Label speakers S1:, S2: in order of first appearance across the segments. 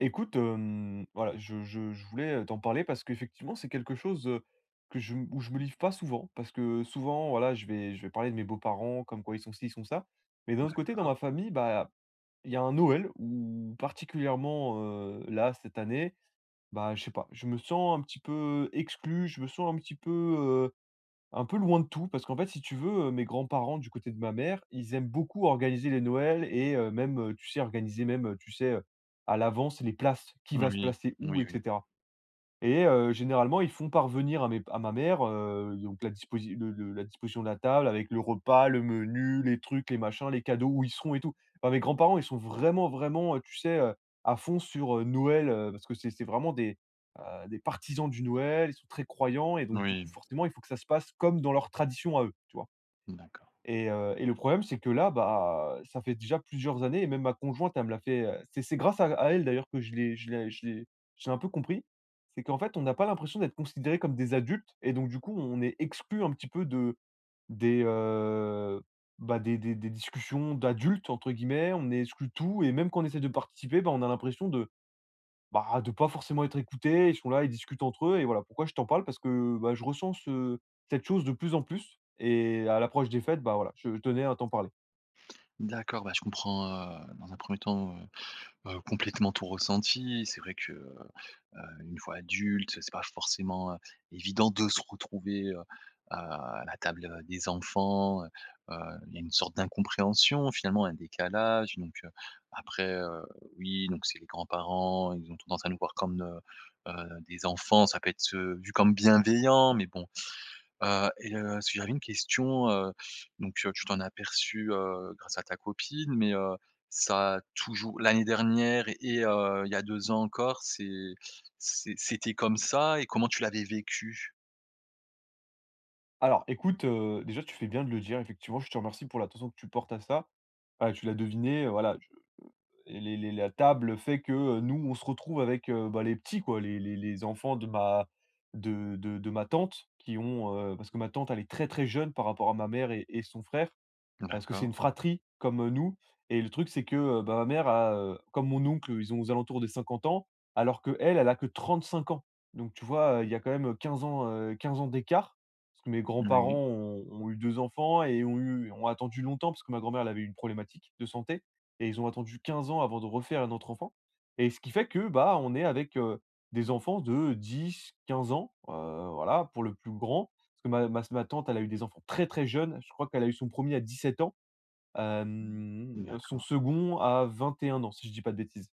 S1: Écoute, voilà, je voulais, t'en parler parce qu'effectivement, c'est quelque chose, que je m où je me livre pas souvent. Parce que souvent, voilà, je vais parler de mes beaux-parents, comme quoi ils sont ci, ils sont ça. Mais d'un autre côté, dans
S2: D'accord.
S1: ma famille, bah, il y a un Noël où particulièrement, là, cette année, bah, je sais pas, je me sens un petit peu exclu, je me sens un petit peu, un peu loin de tout, parce qu'en fait, si tu veux, mes grands-parents du côté de ma mère, ils aiment beaucoup organiser les Noëls et même, tu sais, organiser même, tu sais, à l'avance les places, qui va se
S2: Oui,
S1: placer
S2: oui,
S1: où
S2: oui,
S1: etc. Et généralement, ils font parvenir à mes à ma mère, donc la disposition de la table avec le repas, le menu, les trucs, les machins, les cadeaux, où ils seront et tout. Enfin, mes grands-parents, ils sont vraiment, vraiment, tu sais, à fond sur, Noël, parce que c'est vraiment des, partisans du Noël, ils sont très croyants et donc du
S2: oui,
S1: coup, forcément, il faut que ça se passe comme dans leurs traditions à eux, tu vois?
S2: d'accord.
S1: Et le problème, c'est que là, bah, ça fait déjà plusieurs années et même ma conjointe, elle me l'a fait, c'est grâce à elle d'ailleurs que je l'ai un peu compris. C'est qu'en fait, on n'a pas l'impression d'être considéré comme des adultes et donc du coup, on est exclu un petit peu de des, heu, bah, des discussions «d'adultes» entre guillemets. On est exclu de tout et même quand on essaie de participer, bah, on a l'impression de bah, de pas forcément être écoutés, ils sont là, ils discutent entre eux et voilà. Pourquoi je t'en parle? Parce que, bah, je ressens ce cette chose de plus en plus et à l'approche des fêtes, bah, voilà, je tenais à t'en parler.
S2: D'accord, bah, je comprends, dans un premier temps, complètement ton ressenti. C'est vrai que, une fois adulte, c'est pas forcément, évident de se retrouver à la table, des enfants. Il y a une sorte d'incompréhension, finalement, un décalage donc après, oui, donc c'est les grands-parents, ils ont tendance à nous voir comme, des enfants. Ça peut être, vu comme bienveillant mais bon, et parce que j'avais une question, donc tu t'en as aperçu grâce à ta copine, mais ça a toujours l'année dernière et il y a 2 ans encore, c'est c'était comme ça et comment tu l'avais vécu?
S1: Alors écoute, déjà tu fais bien de le dire effectivement, je te remercie pour l'attention que tu portes à ça. Tu l'as deviné, voilà, je et les la table fait que, nous on se retrouve avec, bah, les petits quoi, les enfants de ma tante parce que ma tante elle est très, très jeune par rapport à ma mère et son frère. Parce que c'est
S2: D'accord.
S1: une fratrie comme, nous et le truc c'est que, bah, ma mère a, comme mon oncle, ils ont aux alentours des 50 ans, alors que elle a que 35 ans. Donc tu vois, il y a quand même, 15 ans, 15 ans d'écart. Parce que mes grands-parents
S2: Oui,
S1: ont eu 2 enfants et ont attendu longtemps parce que ma grand-mère, elle avait eu une problématique de santé et ils ont attendu 15 ans avant de refaire un autre enfant et ce qui fait que, bah, on est avec, des enfants de 10-15 ans, voilà, pour le plus grand parce que ma tante, elle a eu des enfants très, très jeunes. Je crois qu'elle a eu son premier à 17 ans, son
S2: d'accord.
S1: second à 21 ans, si je dis pas de bêtises.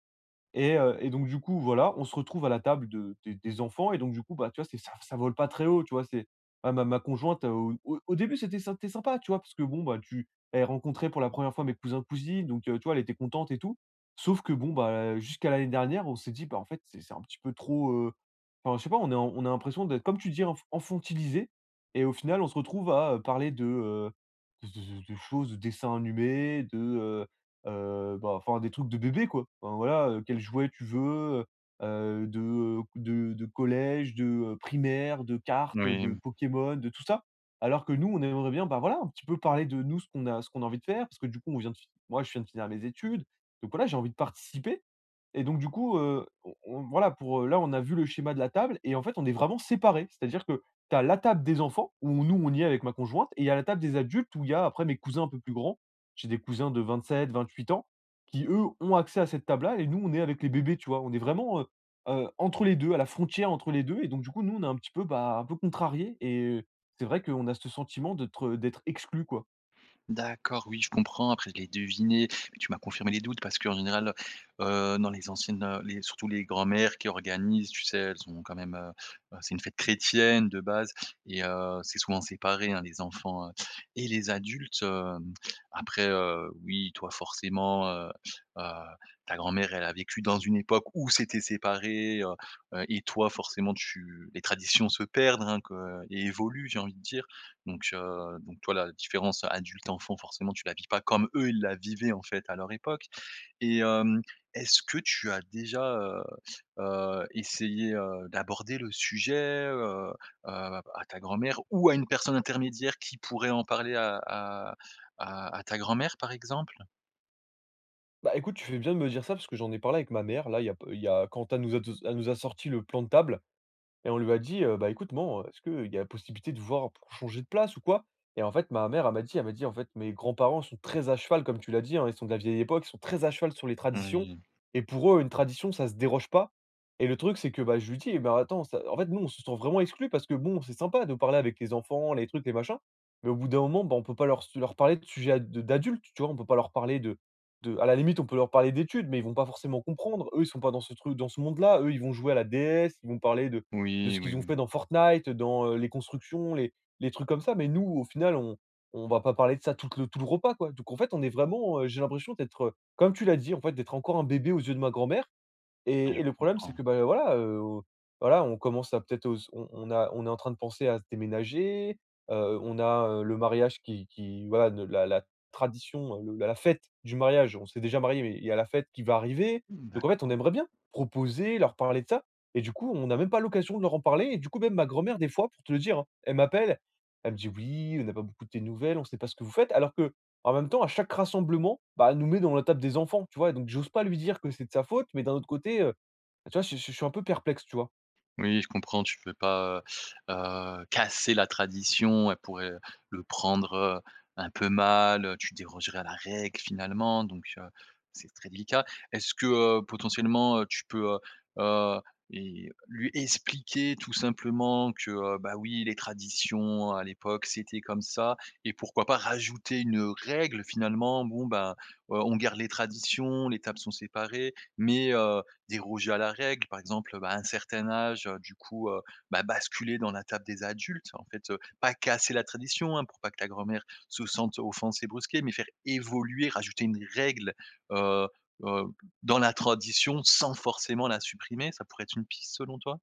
S1: Et donc du coup, voilà, on se retrouve à la table de des enfants et donc du coup, bah, tu vois, c'est ça vole pas très haut, tu vois? C'est ah ma ma conjointe, au début, c'était sympa, tu vois? Parce que bon, bah, tu elle rencontrait pour la première fois mes cousins-cousines, donc tu vois, elle était contente et tout. Sauf que bon, bah, jusqu'à l'année dernière, on s'est dit: «Bah, en fait, c'est un petit peu trop» enfin, je sais pas, on est en on a l'impression d'être, comme tu dis, enfantilisés et au final, on se retrouve à, parler de, de choses, de dessins animés, bah, enfin des trucs de bébé quoi. Enfin voilà, quel jouet tu veux, heu de, de collège, de, primaire, de cartes, de
S2: Oui.
S1: Pokémon, de tout ça. Alors que nous, on aimerait bien, bah, voilà, un petit peu parler de nous, ce qu'on a envie de faire, parce que du coup on vient de fi moi je viens de finir mes études, donc voilà, j'ai envie de participer et donc du coup, on voilà pour, là on a vu le schéma de la table et en fait on est vraiment séparés. C'est-à-dire que tu as la table des enfants où nous on y est avec ma conjointe et il y a la table des adultes où il y a après mes cousins un peu plus grands. J'ai des cousins de 27, 28 ans qui, eux, ont accès à cette table-là et nous, on est avec les bébés, tu vois? On est vraiment, entre les 2 à la frontière entre les 2 et donc du coup, nous, on est un petit peu, bah, un peu contrariés et c'est vrai qu'on a ce sentiment d'être exclu quoi.
S2: D'accord, oui, je comprends. Après, je l'ai deviné, mais tu m'as confirmé les doutes parce qu'en général, dans les anciennes, les surtout les grands-mères qui organisent, tu sais, elles ont quand même, c'est une fête chrétienne de base et c'est souvent séparé, hein, les enfants et les adultes, après, oui, toi, forcément, heu, ta grand-mère, elle a vécu dans une époque où c'était séparé et toi, forcément, tu les traditions se perdent, hein, que et évoluent, j'ai envie de dire donc toi, la différence adulte-enfant, forcément, tu la vis pas comme eux, ils la vivaient, en fait, à leur époque et est-ce que tu as déjà, essayé, d'aborder le sujet, heu heu, à ta grand-mère ou à une personne intermédiaire qui pourrait en parler à ta grand-mère, par exemple?
S1: Bah, écoute, tu fais bien de me dire ça parce que j'en ai parlé avec ma mère, là, il y a quand elle nous a sorti le plan de table. Et on lui a dit: «Bah, écoute, maman, est-ce qu'il y a possibilité de voir pour changer de place ou quoi?» Et en fait, ma mère, elle m'a dit: «En fait, mes grands-parents sont très à cheval», comme tu l'as dit, hein, ils sont de la vieille époque, ils sont très à cheval sur les traditions
S2: Oui,
S1: et pour eux, une tradition, ça se déroge pas. Et le truc, c'est que, bah, je lui dis: «Eh ben, attends, ça.» En fait, nous, on se sent vraiment exclus parce que bon, c'est sympa de parler avec les enfants, les trucs, les machins, mais au bout d'un moment, bah, on peut pas leur parler de sujets ad de d'adultes, tu vois? On peut pas leur parler de à la limite, on peut leur parler d'études, mais ils vont pas forcément comprendre. Eux, ils sont pas dans ce truc dans ce monde-là. Eux, ils vont jouer à la déesse, ils vont parler de
S2: oui,
S1: ce
S2: oui,
S1: qu'ils ont
S2: oui,
S1: fait dans Fortnite, dans, les constructions, les trucs comme ça. Mais nous, au final, on va pas parler de ça tout le repas, quoi. Donc en fait, on est vraiment, j'ai l'impression d'être, comme tu l'as dit, en fait, d'être encore un bébé aux yeux de ma grand-mère
S2: je
S1: et le problème, c'est
S2: comprends.
S1: que, bah, voilà, voilà, on commence à peut-être aux on a on est en train de penser à se déménager, on a, le mariage qui voilà, ne la tradition, le la la fête du mariage, on s'est déjà marié, mais il y a la fête qui va arriver. Donc en fait, on
S2: D'accord.
S1: aimerait bien proposer, leur parler de ça et du coup, on n'a même pas l'occasion de leur en parler et du coup, même ma grand-mère, des fois, pour te le dire, hein, elle m'appelle, elle me dit: «Oui, on n'a pas beaucoup de tes nouvelles, on ne sait pas ce que vous faites», alors que en même temps, à chaque rassemblement, bah, elle nous met dans la table des enfants, tu vois? Et donc j'ose pas lui dire que c'est de sa faute, mais d'un autre côté, tu vois, je suis un peu perplexe, tu vois?
S2: Oui, je comprends, tu peux pas, heu casser la tradition. Elle pourrait le prendre, un peu mal, tu dérogerais à la règle finalement, donc c'est très délicat. Est-ce que, potentiellement, tu peux, heu, et lui expliquer tout simplement que, bah, oui, les traditions à l'époque, c'était comme ça et pourquoi pas rajouter une règle finalement? Bon, ben, on garde les traditions, les tables sont séparées, mais des rouges à la règle, par exemple, bah, à un certain âge, du coup, bah, basculer dans la table des adultes, en fait, pas casser la tradition, hein, pour pas que la grand-mère se sente offensée, brusquée, mais faire évoluer, rajouter une règle, heu heu, dans la tradition sans forcément la supprimer, ça pourrait être une piste selon toi?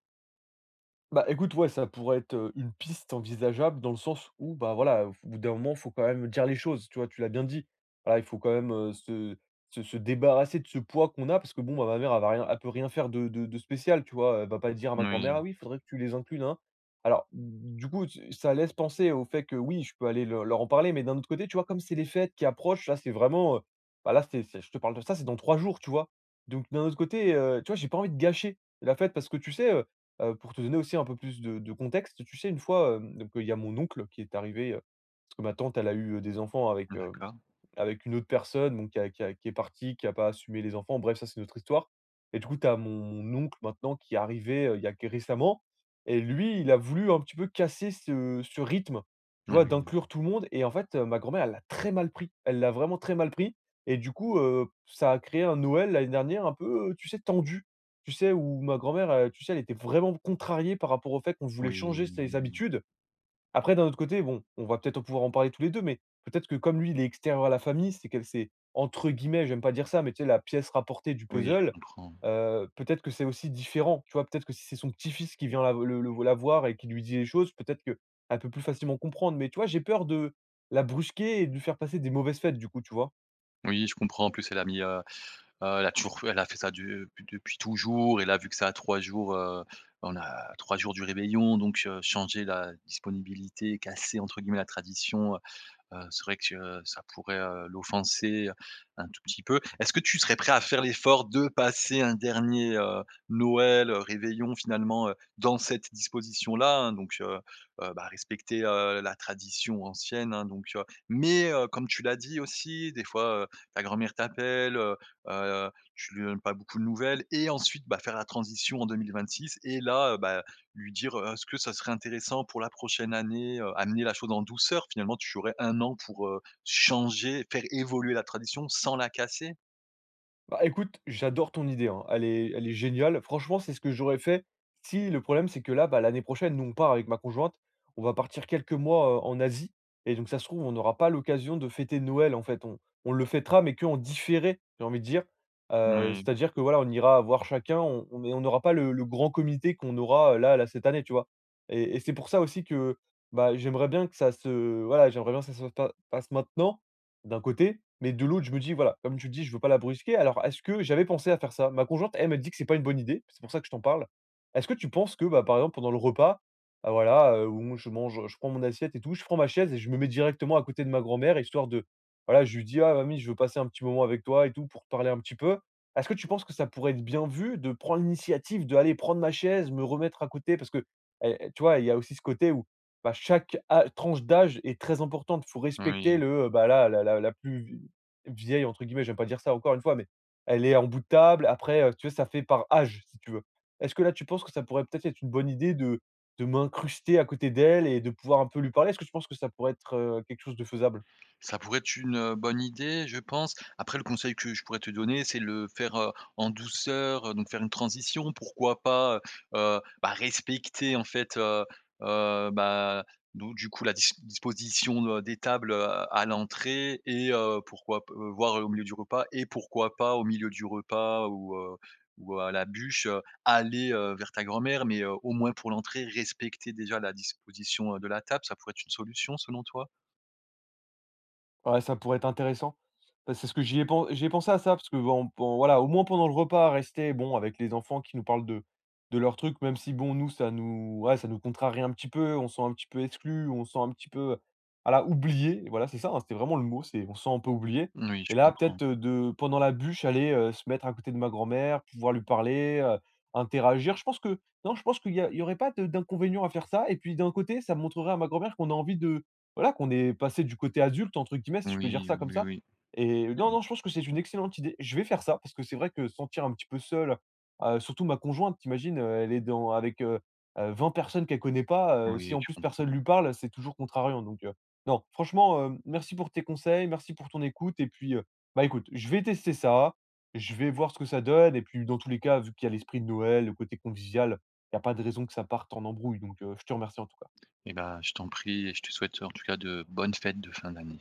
S1: Bah, écoute, ouais, ça pourrait être, une piste envisageable dans le sens où, bah, voilà, au bout d'un moment, il faut quand même dire les choses, tu vois? Tu l'as bien dit. Voilà, il faut quand même, se débarrasser de ce poids qu'on a parce que bon, bah, ma mère, elle peut rien faire de spécial, tu vois? Elle va pas dire à ma grand-mère: «Ah
S2: Oui,
S1: oui, il faudrait que tu les inclues, hein.» Alors, du coup, tu ça laisse penser au fait que oui, je peux aller le leur en parler, mais d'un autre côté, tu vois, comme c'est les fêtes qui approchent, là, c'est vraiment, bah, là, c'est je te parle de ça, c'est dans 3 jours, tu vois? Donc d'un autre côté, tu vois, j'ai pas envie de gâcher la fête parce que tu sais. Pour te donner aussi un peu plus de contexte, tu sais, une fois, donc il y a mon oncle qui est arrivé, parce que ma tante, elle a eu, des enfants avec,
S2: d'accord.
S1: avec une autre personne, bon, qui a qui est partie, qui a pas assumé les enfants. Bref, ça, c'est notre histoire et du coup, tu as mon oncle maintenant qui est arrivé, il y a que récemment et lui, il a voulu un petit peu casser ce rythme, tu
S2: Oui,
S1: vois,
S2: oui,
S1: d'inclure tout le monde et en fait, ma grand-mère, elle l'a très mal pris. Elle l'a vraiment très mal pris et du coup, ça a créé un Noël l'année dernière un peu, tu sais, tendu. Tu sais, où ma grand-mère, tu sais, elle était vraiment contrariée par rapport au fait qu'on voulait
S2: oui,
S1: changer ses
S2: oui.
S1: habitudes. Après, d'un autre côté, bon, on va peut-être pouvoir en parler tous les 2, mais peut-être que comme lui, il est extérieur à la famille, c'est qu'elle c'est entre guillemets, j'aime pas dire ça, mais tu sais la pièce rapportée du
S2: Oui, je
S1: puzzle,
S2: comprends.
S1: peut-être que c'est aussi différent, tu vois? Peut-être que si c'est son petit-fils qui vient la le la voir et qui lui dit les choses, peut-être que qu'elle peut plus facilement comprendre. Mais tu vois, j'ai peur de la brusquer et de lui faire passer des mauvaises fêtes du coup, tu vois?
S2: Oui, je comprends, en plus elle a mis, elle a toujours elle a fait ça de depuis toujours et là, vu que ça a 3 jours, on a 3 jours du réveillon donc changer la disponibilité, «casser» entre guillemets la tradition, c'est vrai que, ça pourrait, l'offenser, un tout petit peu. Est-ce que tu serais prêt à faire l'effort de passer un dernier, Noël, réveillon finalement, dans cette disposition-là, hein? Donc, bah, respecter, la tradition ancienne, hein, donc, mais, comme tu l'as dit aussi, des fois, ta grand-mère t'appelle, heu, tu lui donnes pas beaucoup de nouvelles et ensuite, bah, faire la transition en 2026 et là, bah lui dire, «Est-ce que ça serait intéressant pour la prochaine année?» Amener la chose en douceur. Finalement, tu aurais un an pour, changer, faire évoluer la tradition sans la casser.
S1: Bah, écoute, j'adore ton idée, hein. Elle est géniale. Franchement, c'est ce que j'aurais fait si le problème, c'est que là, bah, l'année prochaine, nous, on part avec ma conjointe. On va partir quelques mois, en Asie et donc ça se trouve, on n'aura pas l'occasion de fêter Noël, en fait. On le fêtera, mais qu'en différé, j'ai envie de dire.
S2: Moui,
S1: C'est-à-dire que, voilà, on ira voir chacun, on mais on n'aura pas le grand comité qu'on aura, là, cette année, tu vois? Et c'est pour ça aussi que, bah, j'aimerais bien que ça se voilà, j'aimerais bien que ça se pa passe maintenant d'un côté, mais de l'autre, je me dis, voilà, comme tu le dis, je veux pas la brusquer. Alors, est-ce que j'avais pensé à faire ça? Ma conjointe, elle me dit que c'est pas une bonne idée, c'est pour ça que je t'en parle. Est-ce que tu penses que, bah, par exemple, pendant le repas, ah, voilà, où je mange, je prends mon assiette et tout, je prends ma chaise et je me mets directement à côté de ma grand-mère, histoire de voilà, je lui dis: «Ah mamie, je veux passer un petit moment avec toi et tout pour te parler un petit peu». Est-ce que tu penses que ça pourrait être bien vu de prendre l'initiative, d'aller prendre ma chaise, me remettre à côté? Parce que, eh, tu vois, il y a aussi ce côté où bah, chaque a tranche d'âge est très importante. Faut respecter
S2: oui.
S1: le, bah, là, la plus «vieille» entre guillemets, j'aime pas dire ça encore une fois, mais elle est en bout de table. Après, si tu vois, ça fait par âge, si tu veux. Est-ce que là, tu penses que ça pourrait peut-être être une bonne idée de m'incruster à côté d'elle et de pouvoir un peu lui parler? Est-ce que tu penses que ça pourrait être, quelque chose de faisable?
S2: Ça pourrait être une, bonne idée, je pense. Après, le conseil que je pourrais te donner, c'est le faire, en douceur, donc faire une transition. Pourquoi pas, bah, respecter en fait, bah, donc du coup la dis disposition, des tables, à l'entrée et pourquoi p voir, au milieu du repas et pourquoi pas au milieu du repas ou à la bûche, aller, vers ta grand-mère, mais au moins pour l'entrée, respecter déjà la disposition, de la table, ça pourrait être une solution selon toi?
S1: Ouais, ça pourrait être intéressant. Bah, c'est ce que j'y ai pensé à ça parce que, bon, pen voilà, au moins pendant le repas, rester, bon, avec les enfants qui nous parlent de leurs trucs, même si, bon, nous, ça nous ouais, ça nous contrarie un petit peu, on se sent un petit peu exclu, on se sent un petit peu, voilà, oubliés. Voilà, c'est ça, hein, c'était vraiment le mot, c'est on se sent un peu oublié
S2: Oui, je
S1: et là,
S2: comprends.
S1: peut-être, de pendant la bûche, aller, se mettre à côté de ma grand-mère, pouvoir lui parler, interagir. Je pense que non, je pense qu'il y aurait pas de d'inconvénient à faire ça et puis, d'un côté, ça montrerait à ma grand-mère qu'on a envie de voilà, qu'on est passé du côté adulte entre guillemets, si je peux dire
S2: Oui, oui,
S1: ça comme
S2: oui,
S1: ça.
S2: oui,
S1: Et non, non, je pense que c'est une excellente idée. Je vais faire ça parce que c'est vrai que se sentir un petit peu seul, surtout ma conjointe, tu imagines, elle est dans avec, 20 personnes qu'elle connaît pas, si
S2: oui,
S1: en
S2: je
S1: plus
S2: comprends.
S1: personne lui parle, c'est toujours contrariant donc non, franchement, merci pour tes conseils, merci pour ton écoute et puis, bah, écoute, je vais tester ça, je vais voir ce que ça donne et puis dans tous les cas, vu qu'il y a l'esprit de Noël, le côté convivial, il y a pas de raison que ça parte en embrouille donc je te remercie en tout cas.
S2: Et ben, je t'en prie et je te souhaite en tout cas de bonnes fêtes de fin d'année.